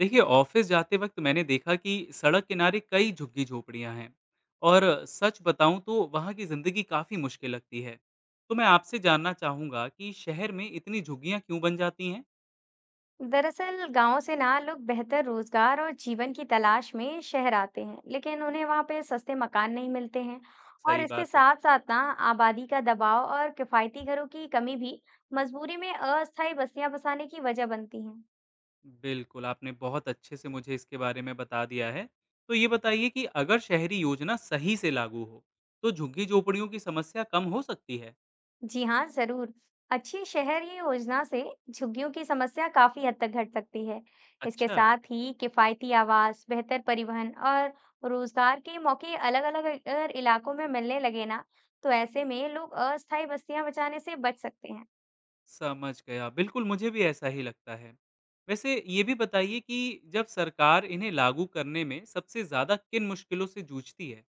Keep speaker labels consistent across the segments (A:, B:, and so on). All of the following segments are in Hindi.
A: देखिए ऑफिस जाते वक्त मैंने देखा कि सड़क किनारे कई झुग्गी झोपड़ियां हैं। और सच बताऊं तो वहां की जिंदगी काफी मुश्किल लगती है। तो मैं आपसे जानना चाहूंगा कि शहर में इतनी झुग्गियां क्यों बन जाती हैं।
B: दरअसल गांव से ना लोग बेहतर रोजगार और जीवन की तलाश में शहर आते हैं लेकिन उन्हें वहां पे सस्ते मकान नहीं मिलते हैं। और
A: सही
B: इसके
A: बात है।
B: साथ साथ ना आबादी का दबाव और किफायती घरों की कमी भी मजबूरी में अस्थायी बस्तियां बसाने की वजह बनती हैं।
A: बिल्कुल, आपने बहुत अच्छे से मुझे इसके बारे में बता दिया है। तो ये बताइए कि अगर शहरी योजना सही से लागू हो, तो झुग्गी झोपड़ियों की समस्या कम हो सकती है।
B: जी हाँ, जरूर। अच्छी शहरी योजना से झुग्गियों की समस्या काफी हद तक घट सकती है। इसके
A: अच्छा।
B: साथ ही किफायती आवास, बेहतर परिवहन और रोजगार के मौके अलग-अलग अगर इलाकों में मिलने लगे ना, तो ऐसे में लोग अस्थायी बस्तियां बचाने से बच सकते हैं।
A: समझ गया। बिल्कुल, मुझे भी ऐसा ही लगता है। वैसे ये भी बताइए कि जब सरकार इन्हें लागू करने में सबसे ज़्यादा किन मुश्किलों से जूझती है?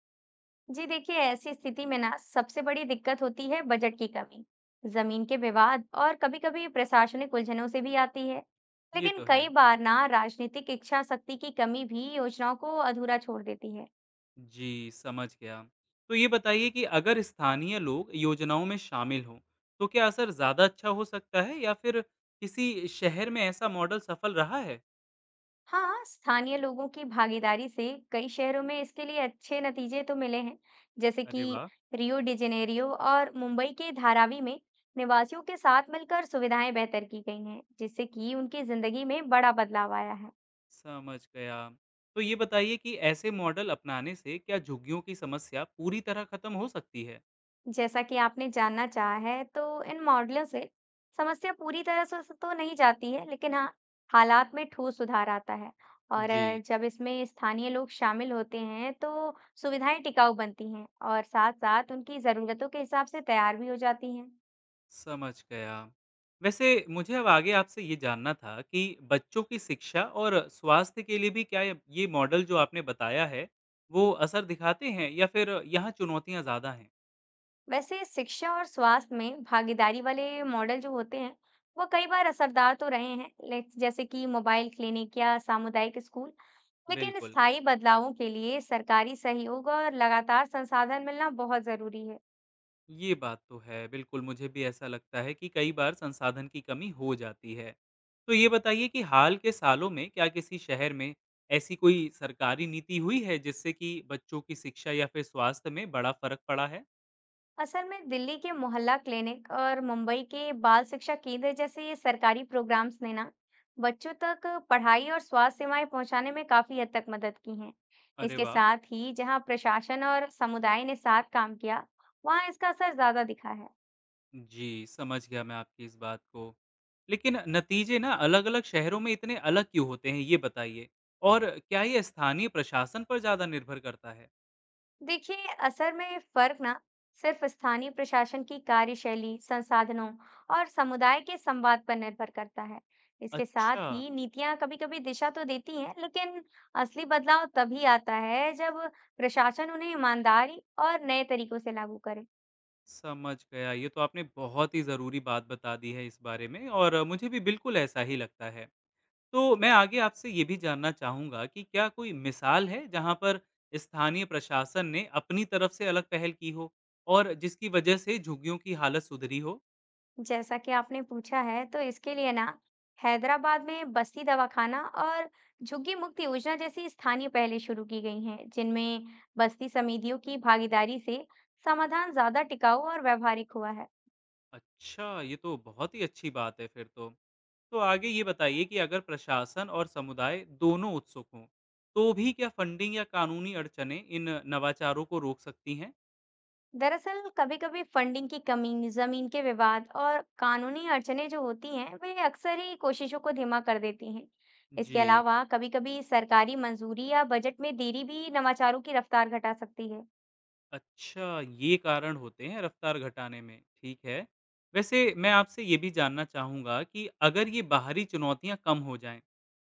B: जी देखिए, ऐसी स्थिति में ना सबसे बड़ी दिक्कत होती है बजट की कमी, जमीन के विवाद और कभी-कभी प्रशासनिक उलझनों से भी आती है।
A: ये
B: लेकिन
A: तो
B: कई
A: है।
B: बार ना राजनीतिक इच्छा शक्ति की कमी भी योजनाओं को अधूरा छोड़ देती है।
A: जी, समझ गया। तो ये बताइए कि अगर स्थानीय लोग योजनाओं में शामिल हों, तो क्या असर ज़्यादा अच्छा हो सकता है, या फिर किसी शहर में ऐसा मॉडल सफल रहा है?
B: हाँ, स्थानीय लोगों की भागीदारी से कई शहरों में इसके लिए अच्छे नतीजे तो मिले हैं, जैसे
A: अरे
B: कि
A: वाह!
B: रियो डी जेनेरियो और मुंबई के धारावी में निवासियों के साथ मिलकर सुविधाएं बेहतर की गई हैं, जिससे कि उनकी जिंदगी में बड़ा बदलाव आया है।
A: समझ गया। तो ये बताइए कि ऐसे मॉडल अपनाने से क्या झुग्गियों की समस्या पूरी तरह खत्म हो सकती है?
B: जैसा कि आपने जानना चाहा है, तो इन मॉडलों से समस्या पूरी तरह से तो नहीं जाती है, लेकिन हाँ, हालात में ठोस सुधार आता है।
A: जी।
B: जब इसमें स्थानीय लोग शामिल होते हैं, तो सुविधाएं टिकाऊ बनती हैं और साथ-साथ उनकी ज़रूरतों के हिसाब से तैयार भी हो जाती हैं।
A: समझ गया। वैसे मुझे अब आगे आपसे ये जानना था कि बच्चों की शिक्षा और स्वास्थ्य के लिए भी क्या य ये मॉडल जो आपने बताया है, वो असर दिखाते हैं या फिर यहाँ चुनौतियाँ ज़्यादा हैं?
B: वैसे शिक्षा और स्वास्थ्य में भागीदारी वाले मॉडल जो होते हैं, वो कई बार असरदार तो रहे हैं, जैसे कि मोबाइल क्लिनिक या सामुदायिक स्कूल। लेकिन
A: बिल्कुल,
B: स्थायी बदलावों के लिए सरकारी सहयोग और लगातार संसाधन मिलना बहुत जरूरी है।
A: ये बात तो है। बिल्कुल, मुझे भी ऐसा लगता है कि कई बार संसाधन की कमी हो जाती है। तो ये बताइए कि हाल के सालों में क्या किसी शहर में ऐसी कोई सरकारी नीति हुई है जिससे कि बच्चों की शिक्षा या फिर स्वास्थ्य में बड़ा फ़र्क पड़ा है?
B: असल में दिल्ली के मोहल्ला क्लिनिक और मुंबई के बाल शिक्षा केंद्र जैसे सरकारी प्रोग्राम्स ने ना बच्चों तक पढ़ाई और स्वास्थ्य सेवाएं पहुंचाने में काफी हद तक मदद की हैं।
A: अरे
B: इसके
A: वाह!
B: साथ ही जहां प्रशासन और समुदाय ने साथ काम किया, वहां इसका असर ज्यादा दिखा है।
A: जी, समझ गया मैं आपकी इस बात को। लेकिन नतीजे ना अलग-अलग शहरों में इतने अलग क्यों होते हैं, ये बताइए? और क्या ये स्थानीय प्रशासन पर ज़्यादा निर्भर करता है?
B: देखिए, असर में फर्क ना सिर्फ स्थानीय प्रशासन की कार्यशैली, संसाधनों और समुदाय के संवाद पर निर्भर करता है। इसके साथ
A: अच्छा,
B: ही नीतियां कभी-कभी दिशा तो देती हैं, लेकिन असली बदलाव तभी आता है जब प्रशासन उन्हें ईमानदारी और नए तरीकों से लागू करे।
A: समझ गया। ये तो आपने बहुत ही ज़रूरी बात बता दी है इस बारे में, और मुझे भी बिल्कुल ऐसा ही लगता है। तो मैं आगे आपसे ये भी जानना चाहूँगा कि क्या कोई मिसाल है जहाँ पर स्थानीय प्रशासन ने अपनी तरफ से अलग पहल की हो, और जिसकी वजह से झुग्गियों की हालत सुधरी हो?
B: जैसा कि आपने पूछा है, तो इसके लिए ना हैदराबाद में बस्ती दवाखाना और झुग्गी मुक्त योजना जैसी स्थानीय पहलें शुरू की गई हैं, जिनमें बस्ती समितियों की भागीदारी से समाधान ज्यादा टिकाऊ और व्यवहारिक हुआ है।
A: अच्छा, ये तो बहुत ही अच्छी बात है फिर तो। तो आगे ये बताइए कि अगर प्रशासन और समुदाय दोनों उत्सुक हों, तो भी क्या फंडिंग या कानूनी अड़चनें इन नवाचारों को रोक सकती हैं?
B: दरअसल कभी-कभी फंडिंग की कमी, जमीन के विवाद और कानूनी अड़चनें जो होती हैं, वे अक्सर ही कोशिशों को धीमा कर देती हैं। इसके
A: जी।
B: अलावा कभी-कभी सरकारी मंजूरी या बजट में देरी भी नवाचारों की रफ्तार घटा सकती है।
A: अच्छा, ये कारण होते हैं रफ्तार घटाने में, ठीक है। वैसे मैं आपसे ये भी जानना चाहूँगा कि अगर ये बाहरी चुनौतियाँ कम हो जाएँ,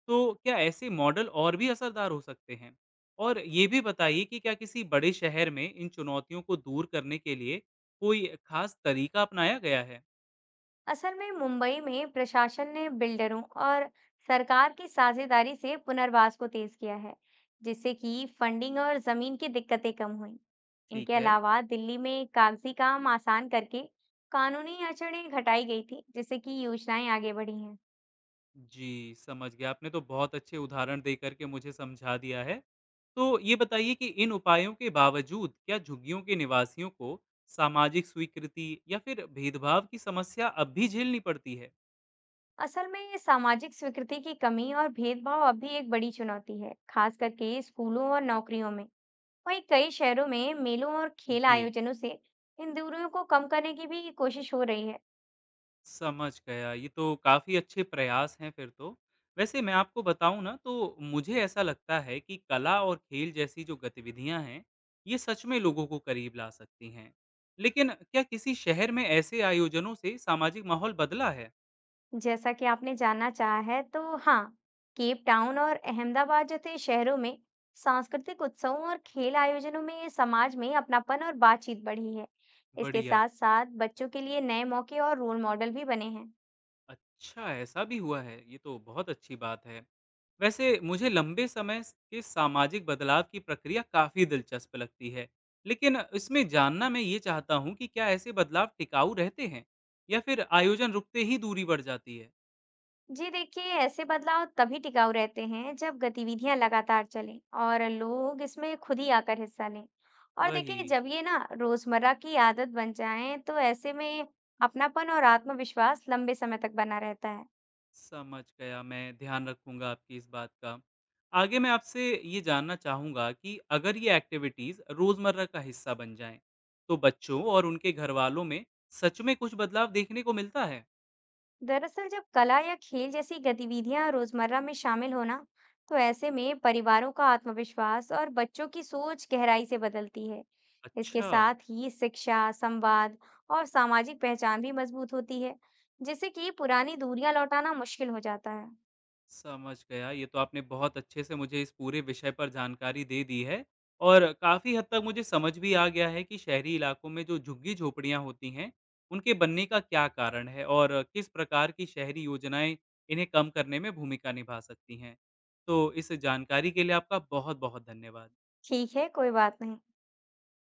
A: तो क्या ऐसे मॉडल और भी असरदार हो सकते हैं? और ये भी बताइए कि क्या किसी बड़े शहर में इन चुनौतियों को दूर करने के लिए कोई खास तरीका अपनाया गया है?
B: असल में मुंबई में प्रशासन ने बिल्डरों और सरकार की साझेदारी से पुनर्वास को तेज किया है, जिससे कि फंडिंग और जमीन की दिक्कतें कम हुई। इनके
A: ठीक है।
B: अलावा दिल्ली में कागजी काम आसान करके कानूनी अड़चनें घटाई गई थी, जिससे कि योजनाएं आगे बढ़ी हैं।
A: जी, समझ गया। आपने तो बहुत अच्छे उदाहरण देकर के मुझे समझा दिया है। तो ये बताइए कि इन उपायों के बावजूद क्या झुग्गियों के निवासियों को सामाजिक स्वीकृति या फिर भेदभाव की समस्या अब भी झेलनी पड़ती है?
B: असल में ये सामाजिक स्वीकृति की कमी और भेदभाव अब भी एक बड़ी चुनौती है, खास करके स्कूलों और नौकरियों में। वहीं कई शहरों में मेलों और खेल
A: जी।
B: आयोजनों से इन दूरियों को कम करने की भी कोशिश हो रही है।
A: समझ गया, ये तो काफ़ी अच्छे प्रयास हैं फिर तो। वैसे मैं आपको बताऊँ ना, तो मुझे ऐसा लगता है कि कला और खेल जैसी जो गतिविधियाँ हैं, ये सच में लोगों को करीब ला सकती हैं। लेकिन क्या किसी शहर में ऐसे आयोजनों से सामाजिक माहौल बदला है?
B: जैसा कि आपने जानना चाहा है, तो हाँ, केप टाउन और अहमदाबाद जैसे शहरों में सांस्कृतिक उत्सवों और खेल आयोजनों में समाज में अपनापन और बातचीत बढ़ी है। इसके
A: बढ़िया।
B: साथ साथ बच्चों के लिए नए मौके और रोल मॉडल भी बने हैं।
A: अच्छा, ऐसा भी हुआ है, ये तो बहुत अच्छी बात है। वैसे मुझे लंबे समय के सामाजिक बदलाव की प्रक्रिया काफी दिलचस्प लगती है, लेकिन इसमें जानना मैं ये चाहता हूँ कि क्या ऐसे बदलाव टिकाऊ रहते हैं, या फिर आयोजन रुकते ही दूरी बढ़ जाती है।
B: जी देखिए, ऐसे बदलाव तभी टिकाऊ रहते हैं जब गतिविधियां लगातार चलें और लोग इसमें खुद ही आकर हिस्सा लें। और
A: वही।
B: देखिए, जब ये ना रोजमर्रा की आदत बन जाए, तो ऐसे में अपनापन और आत्मविश्वास लंबे समय तक बना रहता है।
A: समझ गया, मैं ध्यान रखूंगा आपकी इस बात का। आगे मैं आपसे ये जानना चाहूंगा कि अगर ये एक्टिविटीज रोजमर्रा का हिस्सा बन जाएं, तो बच्चों और उनके घर वालों में सच में कुछ बदलाव देखने को मिलता है।
B: दरअसल जब कला या खेल जैसी गतिविधियां रोजमर्रा में शामिल हो ना, तो ऐसे में परिवारों का आत्मविश्वास और बच्चों की सोच गहराई से बदलती है। इसके
A: अच्छा।
B: साथ ही शिक्षा, संवाद और सामाजिक पहचान भी मजबूत होती है, जिससे कि पुरानी दूरियां लौटाना मुश्किल हो जाता है।
A: समझ गया। ये तो आपने बहुत अच्छे से मुझे इस पूरे विषय पर जानकारी दे दी है, और काफ़ी हद तक मुझे समझ भी आ गया है कि शहरी इलाकों में जो झुग्गी-झोंपड़ियाँ होती हैं, उनके बनने का क्या कारण है और किस प्रकार की शहरी योजनाएँ इन्हें कम करने में भूमिका निभा सकती हैं। तो इस जानकारी के लिए आपका बहुत-बहुत धन्यवाद।
B: ठीक है, कोई बात नहीं।